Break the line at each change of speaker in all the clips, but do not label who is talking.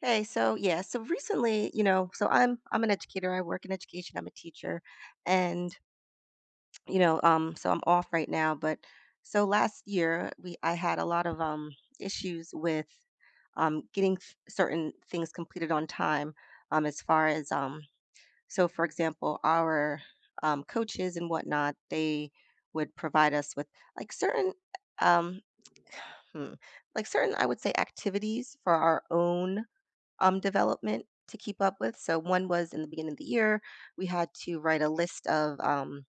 Hey, so yeah, so recently, you know, so I'm an educator. I work in education. I'm a teacher, and you know, so I'm off right now. But so last year, we I had a lot of issues with getting certain things completed on time. As far as So for example, our coaches and whatnot, they would provide us with like certain um, hmm, like certain, I would say, activities for our own development to keep up with. So one was in the beginning of the year, we had to write a list of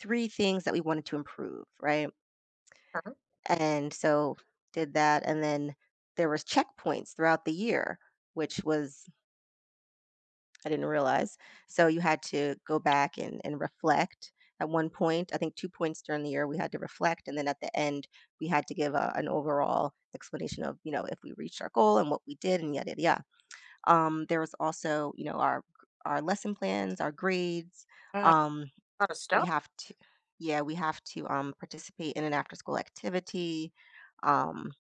three things that we wanted to improve, right?
Sure.
And so did that, and then there was checkpoints throughout the year, which was I didn't realize. So you had to go back and reflect. At one point, I think two points during the year, we had to reflect, and then at the end, we had to give an overall explanation of, you know, if we reached our goal and what we did and yada yada. Yada. There was also, you know, our lesson plans, our grades.
Uh,
Um,
a lot of
we
stuff.
have to, yeah, we have to, participate in an after school activity. Um,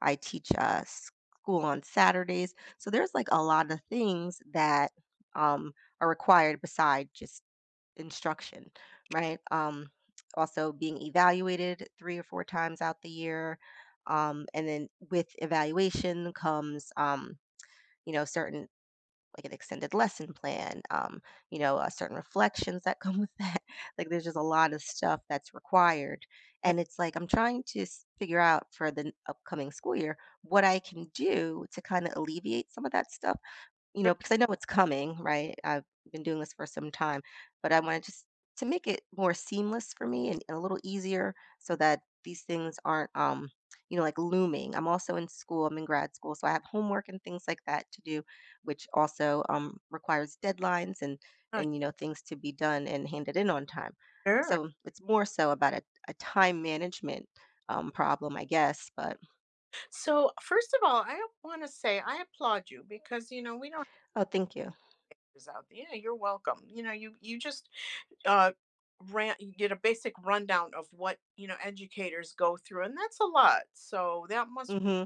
I teach school on Saturdays, so there's like a lot of things that, um, are required beside just instruction, right? Also being evaluated three or four times out the year. And then with evaluation comes, certain, like, an extended lesson plan, certain reflections that come with that. Like, there's just a lot of stuff that's required. And it's like I'm trying to figure out for the upcoming school year what I can do to kind of alleviate some of that stuff, because I know it's coming, right? I've been doing this for some time, but I wanted just to make it more seamless for me and a little easier so that these things aren't, like, looming. I'm also in school, I'm in grad school, so I have homework and things like that to do, which also, requires deadlines and,
Uh,
and, you know, things to be done and handed in on time.
sure.
So it's more so about a time management, problem, I guess. But
So first of all, I want to say I applaud you because we don't have
oh, thank you.
this out there. Yeah, you're welcome. You just uh ran you did a basic rundown of what educators go through, and that's a lot. So that must
Hmm.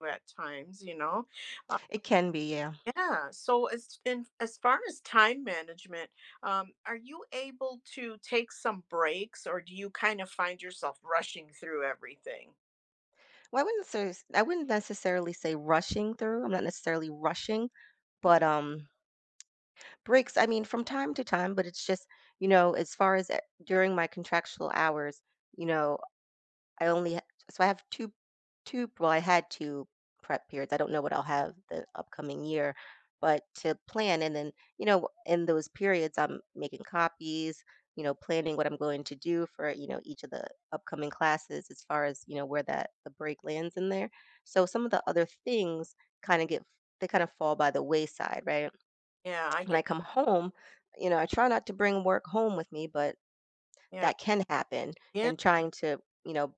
be at times, you know. Uh,
It can be, yeah.
yeah. So as far as time management, are you able to take some breaks, or do you kind of find yourself rushing through everything?
Well, I wouldn't necessarily say rushing through. I'm not necessarily rushing, but breaks, I mean, from time to time, but it's just, you know, as far as during my contractual hours, you know, I only ha so I have 2 2 well, I had 2 prep periods. I don't know what I'll have the upcoming year, but to plan and then, you know, in those periods, I'm making copies, you know, planning what I'm going to do for, you know, each of the upcoming classes as far as, you know, where that the break lands in there. So some of the other things kinda get they kind of fall by the wayside, right?
Yeah, I
When I
get.
come home, you know, I try not to bring work home with me, but
Yeah,
that can happen
yeah.
and trying to, you know,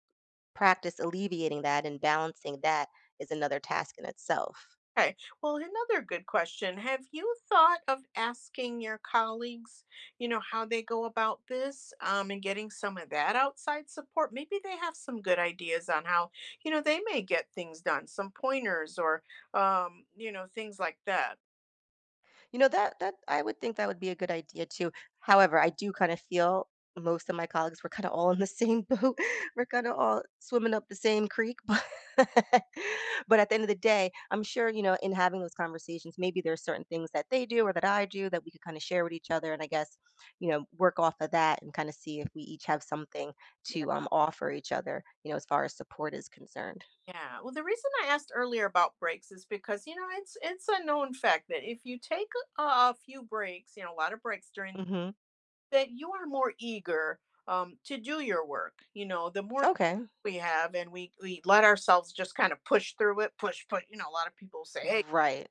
practice alleviating that and balancing that is another task in itself.
Okay. Well, another good question. Have you thought of asking your colleagues, you know, how they go about this, and getting some of that outside support? Maybe they have some good ideas on how, you know, they may get things done, some pointers, or, you know, things like that.
You know, that I would think that would be a good idea too. However, I do kind of feel most of my colleagues were kind of all in the same boat. We're kind of all swimming up the same creek, but at the end of the day, I'm sure, you know, in having those conversations, maybe there's certain things that they do or that I do that we could kind of share with each other, and I guess, you know, work off of that and kind of see if we each have something
Yeah.
to offer each other, you know, as far as support is concerned.
Yeah. Well, the reason I asked earlier about breaks is because, you know, it's a known fact that if you take a few breaks, you know, a lot of breaks during,
Mhm.
that you are more eager, to do your work. You know, the more
Okay.
we have and we let ourselves just kind of push through it, push, push, you know, a lot of people say, "Hey,
Right.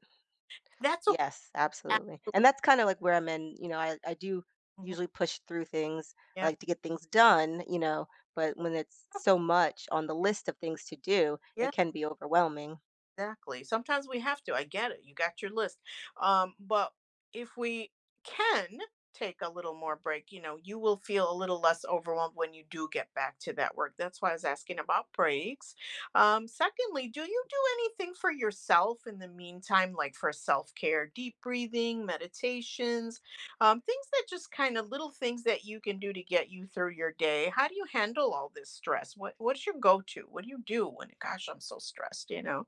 that's okay."
Yes, absolutely. And
Absolutely.
that's kind of like where I'm in, you know, I do
Mhm.
usually push through things. I
Yeah.
like to get things done, you know, but when it's so much on the list of things to do, it
Yeah.
can be overwhelming.
Exactly. Sometimes we have to. I get it. You got your list. But if we can take a little more break, you know, you will feel a little less overwhelmed when you do get back to that work. That's why I was asking about breaks. Secondly, do you do anything for yourself in the meantime, like for self care, deep breathing, meditations, things that just kind of little things that you can do to get you through your day? How do you handle all this stress? What's your go to? What do you do when, gosh, I'm so stressed, you know?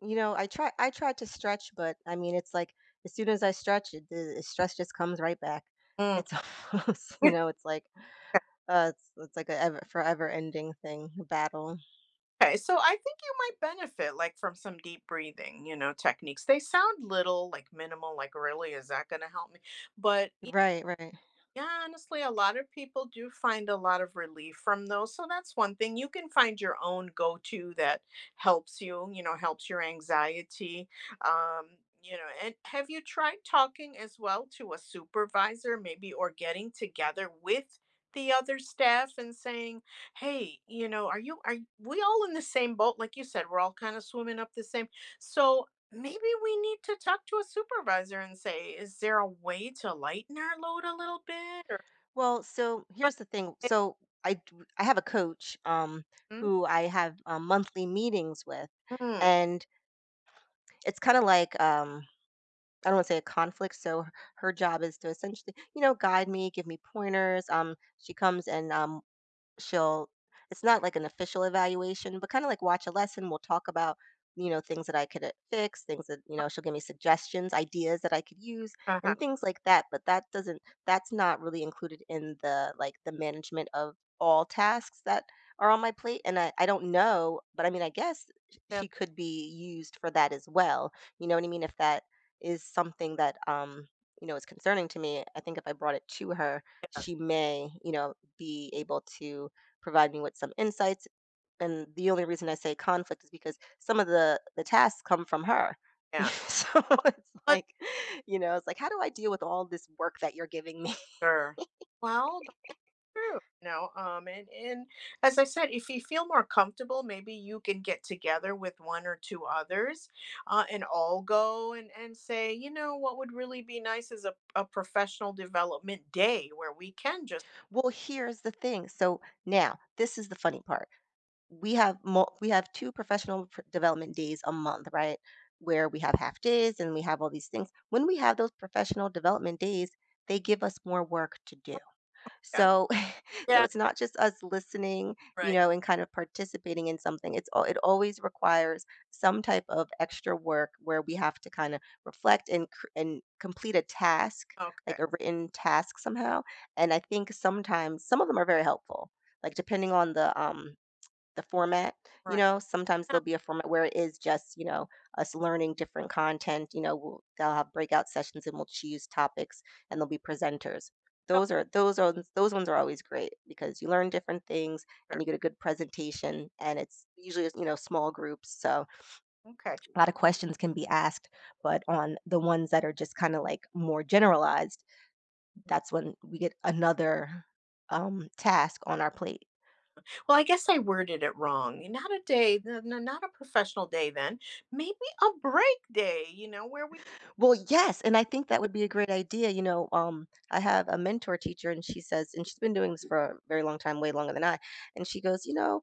You know, I try to stretch, but I mean, it's like as soon as I stretch, it, the stress just comes right back.
Mm.
It's almost, you know, it's like
Okay,
uh it's, it's like a forever ending thing, a battle.
okay, so I think you might benefit like from some deep breathing, you know, techniques. They sound little, like minimal, like really is that going to help me? But
Right, right.
yeah, honestly, a lot of people do find a lot of relief from those. So that's one thing. You can find your own go to that helps you, you know, helps your anxiety. Um, you know, and have you tried talking as well to a supervisor, maybe, or getting together with the other staff and saying, hey, you know, are you, we all in the same boat? Like you said, we're all kind of swimming up the same. So maybe we need to talk to a supervisor and say, "Is there a way to lighten our load a little bit?" Or
Well, so here's the thing. So I d- I have a coach
Mhm.
who I have, monthly meetings with,
Mm,
and it's kind of like, I don't want to say a conflict. So her job is to essentially, you know, guide me, give me pointers. She comes and she'll it's not like an official evaluation, but kind of like watch a lesson. We'll talk about, you know, things that I could, fix, things that, you know, she'll give me suggestions, ideas that I could use
uh-huh.
and things like that. But that's not really included in the management of all tasks that are on my plate. And I don't know, but I mean, I guess she
That's
could be used for that as well. You know what I mean? If that is something that is concerning to me, I think if I brought it to her,
yeah,
she may, you know, be able to provide me with some insights. And the only reason I say conflict is because some of the tasks come from her.
yeah.
So
Well,
it's
but
like, you know, it's like, how do I deal with all this work that you're giving me?
sure. Well, but true. No, and as I said, if you feel more comfortable, maybe you can get together with one or two others, and all go and say, you know, what would really be nice is a professional development day where we can just
Well, here's the thing. So now, this is the funny part. We have two professional development days a month, right? Where we have half days and we have all these things. When we have those professional development days, they give us more work to do.
yeah,
So so
yeah,
it's not just us listening, you
right,
know, and kind of participating in something. It always requires some type of extra work where we have to kind of reflect and complete a task,
okay,
like a written task somehow. And I think sometimes some of them are very helpful. Like, depending on the the format, you
right.
know? Sometimes
Yeah.
there'll be a format where it is just, you know, us learning different content, you know, we'll they'll have breakout sessions and we'll choose topics and there'll be presenters. Those ones are always great because you learn different things, and
Sure.
you get a good presentation, and it's usually, you know, small groups. So
Okay.
a lot of questions can be asked, but on the ones that are just kind of like more generalized, that's when we get another, task on our plate.
Well, I guess I worded it wrong. Not a day, no, no, not a professional day then. Maybe a break day, you know, where we,
Well, yes, and I think that would be a great idea. You know, I have a mentor teacher, and she says, and she's been doing this for a very long time, way longer than I. And she goes, you know,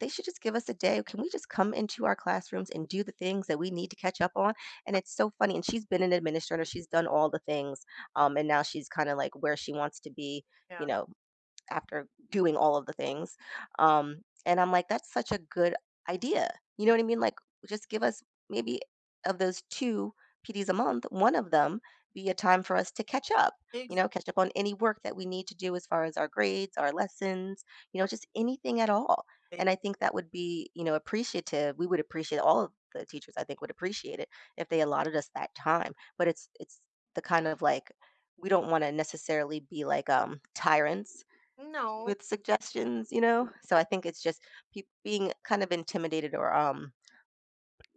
they should just give us a day. Can we just come into our classrooms and do the things that we need to catch up on? And it's so funny. And she's been an administrator. She's done all the things, and now she's kind of like where she wants to be. You
yeah,
know, after doing all of the things. And I'm like, that's such a good idea. You know what I mean? Like, just give us, maybe of those 2 PDs a month, one of them be a time for us to catch up. You
exactly.
know, catch up on any work that we need to do as far as our grades, our lessons, you know, just anything at all. And I think that would be, you know, appreciative. We would appreciate all of the teachers. I think would appreciate it if they allotted us that time. But it's the kind of like, we don't want to necessarily be like, tyrants
No,
with suggestions, you know? So I think it's just peop being kind of intimidated or,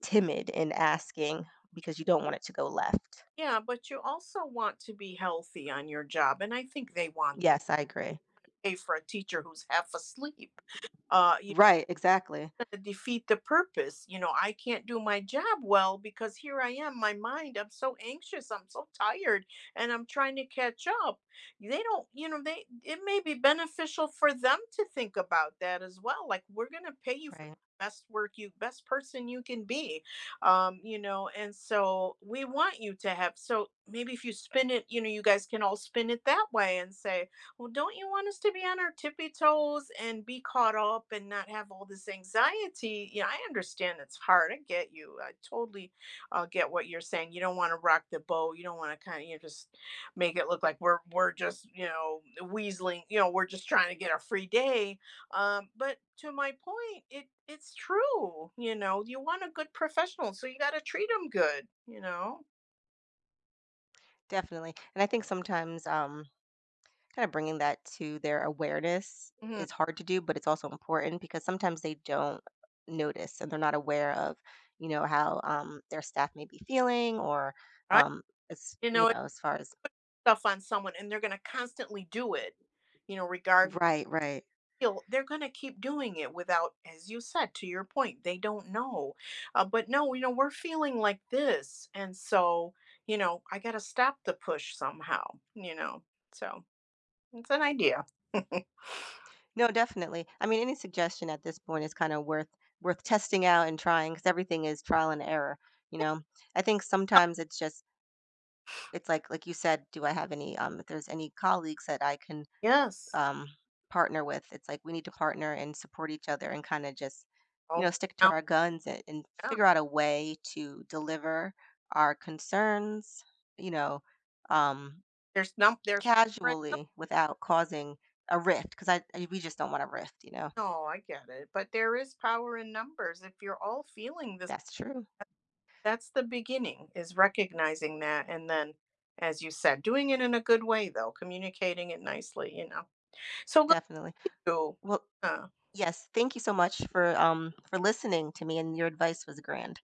timid in asking because you don't want it to go left.
yeah, but you also want to be healthy on your job. And I think they want
Yes, I agree.
to pay for a teacher who's half asleep. Uh,
Right, exactly.
to defeat the purpose. You know, I can't do my job well because here I am, my mind, I'm so anxious, I'm so tired, and I'm trying to catch up. They don't, you know, they it may be beneficial for them to think about that as well. Like we're gonna pay you for
Right.
the best work you best person you can be, you know, and so we want you to have, so maybe if you spin it, you know, you guys can all spin it that way and say, well, don't you want us to be on our tippy toes and be caught up and not have all this anxiety? Yeah, I understand it's hard. I get you. I totally get what you're saying. You don't want to rock the boat. You don't want to kind of, you know, just make it look like we're just, you know, weaseling. You know, we're just trying to get a free day. But to my point, it's true. You know, you want a good professional, so you got to treat them good. You know,
Definitely. And I think sometimes, kinda bringing that to their awareness
Mhm.
is hard to do, but it's also important because sometimes they don't notice and they're not aware of, you know, how, their staff may be feeling or,
Right?
um, as
You
you
know,
know, as far as.
stuff on someone and they're going to constantly do it, you know, regardless.
Right, right.
Feel- They're going to keep doing it without, as you said, to your point, they don't know. But no, you know, we're feeling like this. And so, you know, I got to stop the push somehow, you know. So it's an idea.
No, definitely. I mean, any suggestion at this point is kind of worth testing out and trying because everything is trial and error, you know. I think sometimes it's just, it's like you said, do I have any if there's any colleagues that I can,
Yes.
um partner with, it's like we need to partner and support each other and kind of just, you
Oh,
know, stick to
now,
our guns and
yeah.
figure out a way to deliver our concerns, you know, um
There's,
casually without causing a rift because I we just don't want a rift, you know.
no, I get it. But there is power in numbers. If you're all feeling this.
That's true.
That's the beginning, is recognizing that, and then, as you said, doing it in a good way though, communicating it nicely, you know? So, what
Definitely.
do you,
Well,
uh
yes, thank you so much for listening to me, and your advice was grand.